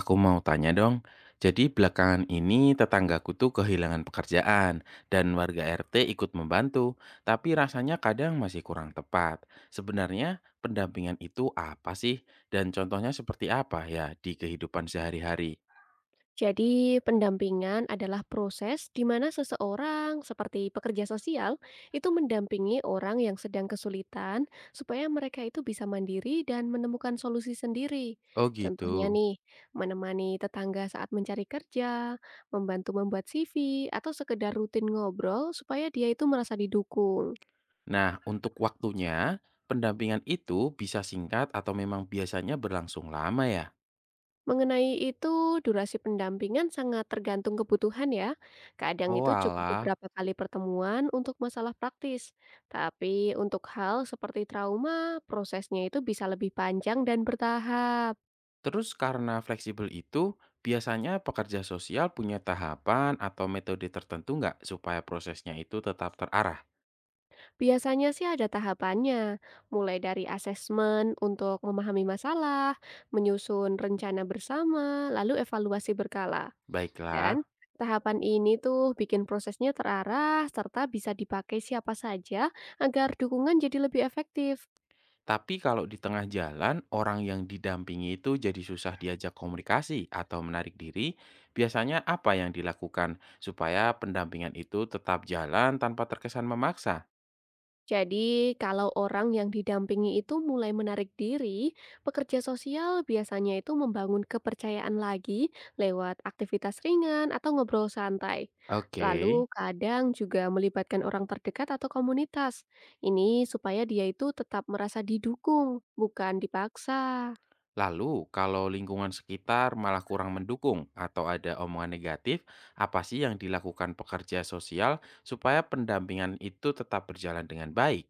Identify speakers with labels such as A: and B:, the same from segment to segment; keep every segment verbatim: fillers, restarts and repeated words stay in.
A: Aku mau tanya dong, jadi belakangan ini tetanggaku tuh kehilangan pekerjaan dan warga R T ikut membantu, tapi rasanya kadang masih kurang tepat. Sebenarnya pendampingan itu apa sih? Dan contohnya seperti apa ya di kehidupan sehari-hari?
B: Jadi, pendampingan adalah proses di mana seseorang, seperti pekerja sosial, itu mendampingi orang yang sedang kesulitan supaya mereka itu bisa mandiri dan menemukan solusi sendiri.
A: Oh
B: Contohnya
A: gitu.
B: nih, menemani tetangga saat mencari kerja, membantu membuat C V, atau sekedar rutin ngobrol supaya dia itu merasa didukung.
A: Nah, untuk waktunya, pendampingan itu bisa singkat atau memang biasanya berlangsung lama ya?
B: Mengenai itu, durasi pendampingan sangat tergantung kebutuhan ya. Kadang
A: Oh
B: itu cukup
A: alah.
B: beberapa kali pertemuan untuk masalah praktis. Tapi untuk hal seperti trauma, prosesnya itu bisa lebih panjang dan bertahap.
A: Terus karena fleksibel itu, biasanya pekerja sosial punya tahapan atau metode tertentu nggak supaya prosesnya itu tetap terarah?
B: Biasanya sih ada tahapannya, mulai dari asesmen untuk memahami masalah, menyusun rencana bersama, lalu evaluasi berkala.
A: Baiklah,
B: Dan tahapan ini tuh bikin prosesnya terarah serta bisa dipakai siapa saja agar dukungan jadi lebih efektif.
A: tapi kalau di tengah jalan, orang yang didampingi itu jadi susah diajak komunikasi atau menarik diri, biasanya apa yang dilakukan supaya pendampingan itu tetap jalan tanpa terkesan memaksa?
B: Jadi, kalau orang yang didampingi itu mulai menarik diri, pekerja sosial biasanya itu membangun kepercayaan lagi lewat aktivitas ringan atau ngobrol santai.
A: Oke.
B: Lalu, kadang juga melibatkan orang terdekat atau komunitas. Ini supaya dia itu tetap merasa didukung, bukan dipaksa.
A: Lalu, kalau lingkungan sekitar malah kurang mendukung atau ada omongan negatif, apa sih yang dilakukan pekerja sosial supaya pendampingan itu tetap berjalan dengan baik?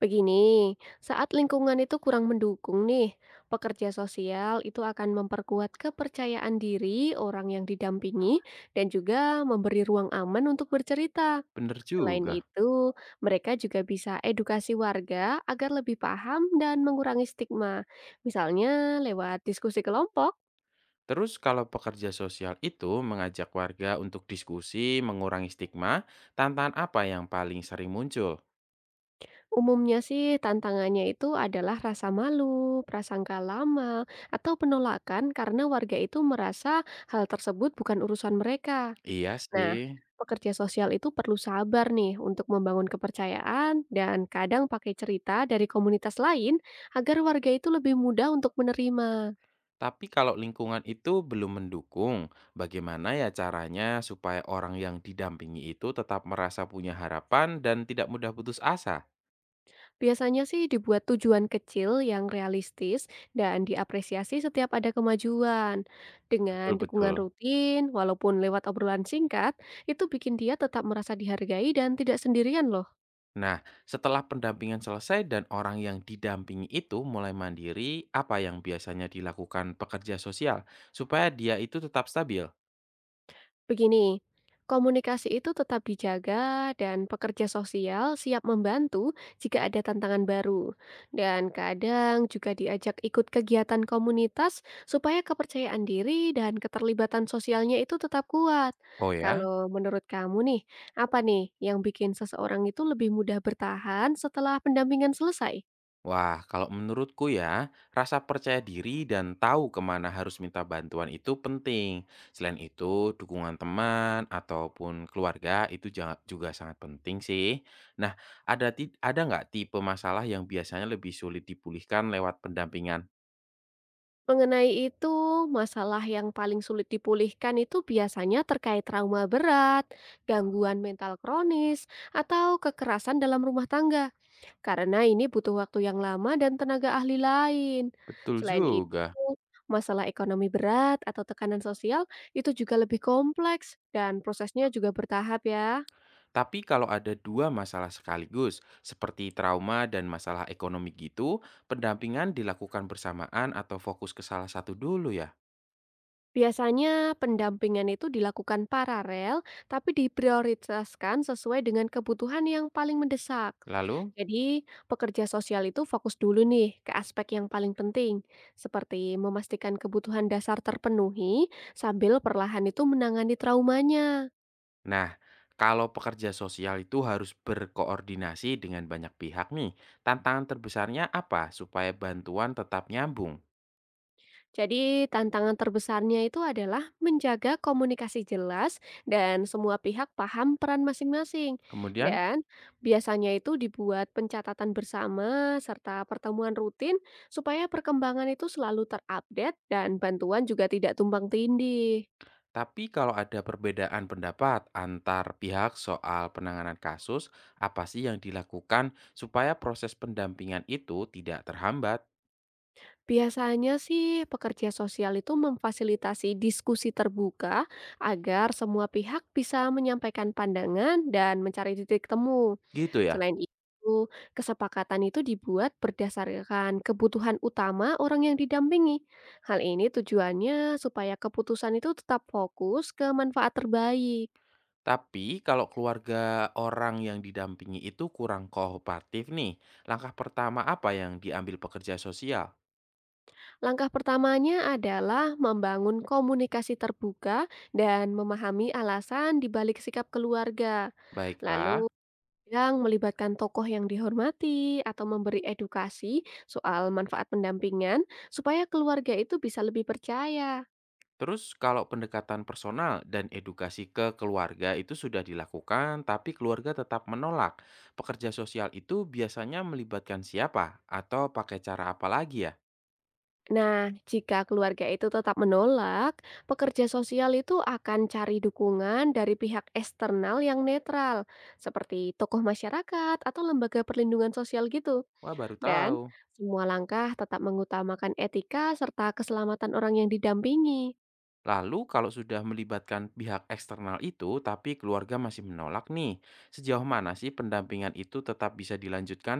B: Begini, saat lingkungan itu kurang mendukung nih, pekerja sosial itu akan memperkuat kepercayaan diri orang yang didampingi dan juga memberi ruang aman untuk bercerita.
A: Bener
B: Selain
A: juga.
B: itu, mereka juga bisa edukasi warga agar lebih paham dan mengurangi stigma, misalnya lewat diskusi kelompok.
A: Terus kalau pekerja sosial itu mengajak warga untuk diskusi, mengurangi stigma, tantangan apa yang paling sering muncul?
B: Umumnya sih tantangannya itu adalah rasa malu, prasangka lama, atau penolakan karena warga itu merasa hal tersebut bukan urusan mereka.
A: Iya
B: Nah,
A: sih.
B: pekerja sosial itu perlu sabar nih untuk membangun kepercayaan dan kadang pakai cerita dari komunitas lain agar warga itu lebih mudah untuk menerima.
A: Tapi kalau lingkungan itu belum mendukung, bagaimana ya caranya supaya orang yang didampingi itu tetap merasa punya harapan dan tidak mudah putus asa?
B: Biasanya sih dibuat tujuan kecil yang realistis dan diapresiasi setiap ada kemajuan.
A: Betul
B: Dengan dukungan
A: betul.
B: rutin, walaupun lewat obrolan singkat, itu bikin dia tetap merasa dihargai dan tidak sendirian loh.
A: Nah, setelah pendampingan selesai dan orang yang didampingi itu mulai mandiri, apa yang biasanya dilakukan pekerja sosial supaya dia itu tetap stabil?
B: Begini, komunikasi itu tetap dijaga dan pekerja sosial siap membantu jika ada tantangan baru. Dan kadang juga diajak ikut kegiatan komunitas supaya kepercayaan diri dan keterlibatan sosialnya itu tetap kuat.
A: Oh ya?
B: Kalau menurut kamu nih, apa nih yang bikin seseorang itu lebih mudah bertahan setelah pendampingan selesai?
A: Wah, kalau menurutku ya, rasa percaya diri dan tahu kemana harus minta bantuan itu penting. Selain itu, dukungan teman ataupun keluarga itu ja- juga sangat penting sih. Nah, ada ti- ada nggak tipe masalah yang biasanya lebih sulit dipulihkan lewat pendampingan?
B: Mengenai itu, masalah yang paling sulit dipulihkan itu biasanya terkait trauma berat, gangguan mental kronis, atau kekerasan dalam rumah tangga, karena ini butuh waktu yang lama dan tenaga ahli lain.
A: Betul
B: Selain itu,
A: juga.
B: masalah ekonomi berat atau tekanan sosial itu juga lebih kompleks, dan prosesnya juga bertahap, ya.
A: Tapi kalau ada dua masalah sekaligus, seperti trauma dan masalah ekonomi gitu, pendampingan dilakukan bersamaan atau fokus ke salah satu dulu ya.
B: Biasanya pendampingan itu dilakukan paralel, tapi diprioritaskan sesuai dengan kebutuhan yang paling mendesak.
A: Lalu,
B: Jadi, pekerja sosial itu fokus dulu nih ke aspek yang paling penting, seperti memastikan kebutuhan dasar terpenuhi sambil perlahan itu menangani traumanya.
A: nah, kalau pekerja sosial itu harus berkoordinasi dengan banyak pihak nih, tantangan terbesarnya apa supaya bantuan tetap nyambung?
B: Jadi, tantangan terbesarnya itu adalah menjaga komunikasi jelas dan semua pihak paham peran masing-masing.
A: Kemudian,
B: Dan biasanya itu dibuat pencatatan bersama serta pertemuan rutin supaya perkembangan itu selalu terupdate dan bantuan juga tidak tumpang tindih.
A: tapi kalau ada perbedaan pendapat antar pihak soal penanganan kasus, apa sih yang dilakukan supaya proses pendampingan itu tidak terhambat?
B: Biasanya sih pekerja sosial itu memfasilitasi diskusi terbuka agar semua pihak bisa menyampaikan pandangan dan mencari titik temu.
A: Gitu ya.
B: Selain itu, kesepakatan itu dibuat berdasarkan kebutuhan utama orang yang didampingi. Hal ini tujuannya supaya keputusan itu tetap fokus ke manfaat terbaik.
A: Tapi kalau keluarga orang yang didampingi itu kurang kooperatif nih, langkah pertama apa yang diambil pekerja sosial?
B: Langkah pertamanya adalah membangun komunikasi terbuka dan memahami alasan dibalik sikap keluarga. Lalu
A: Baiklah,
B: yang melibatkan tokoh yang dihormati atau memberi edukasi soal manfaat pendampingan supaya keluarga itu bisa lebih percaya.
A: terus kalau pendekatan personal dan edukasi ke keluarga itu sudah dilakukan, tapi keluarga tetap menolak. Pekerja sosial itu biasanya melibatkan siapa atau pakai cara apa lagi ya?
B: Nah, jika keluarga itu tetap menolak, pekerja sosial itu akan cari dukungan dari pihak eksternal yang netral, seperti tokoh masyarakat atau lembaga perlindungan sosial gitu.
A: Wah, baru tahu.
B: Dan semua langkah tetap mengutamakan etika serta keselamatan orang yang didampingi.
A: Lalu kalau sudah melibatkan pihak eksternal itu, tapi keluarga masih menolak nih, sejauh mana sih pendampingan itu tetap bisa dilanjutkan?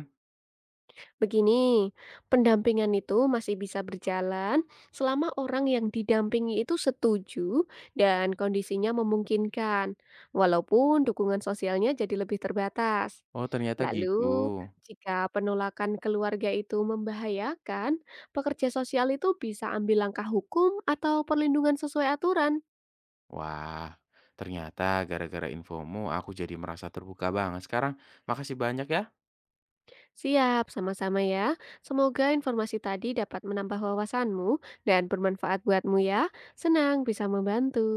B: Begini, pendampingan itu masih bisa berjalan selama orang yang didampingi itu setuju dan kondisinya memungkinkan, walaupun dukungan sosialnya jadi lebih terbatas.
A: Oh, ternyata gitu.
B: Lalu, jika penolakan keluarga itu membahayakan, pekerja sosial itu bisa ambil langkah hukum atau perlindungan sesuai aturan.
A: Wah, ternyata gara-gara infomu aku jadi merasa terbuka banget sekarang. Makasih banyak ya.
B: Siap, sama-sama ya. Semoga informasi tadi dapat menambah wawasanmu dan bermanfaat buatmu ya. Senang bisa membantu.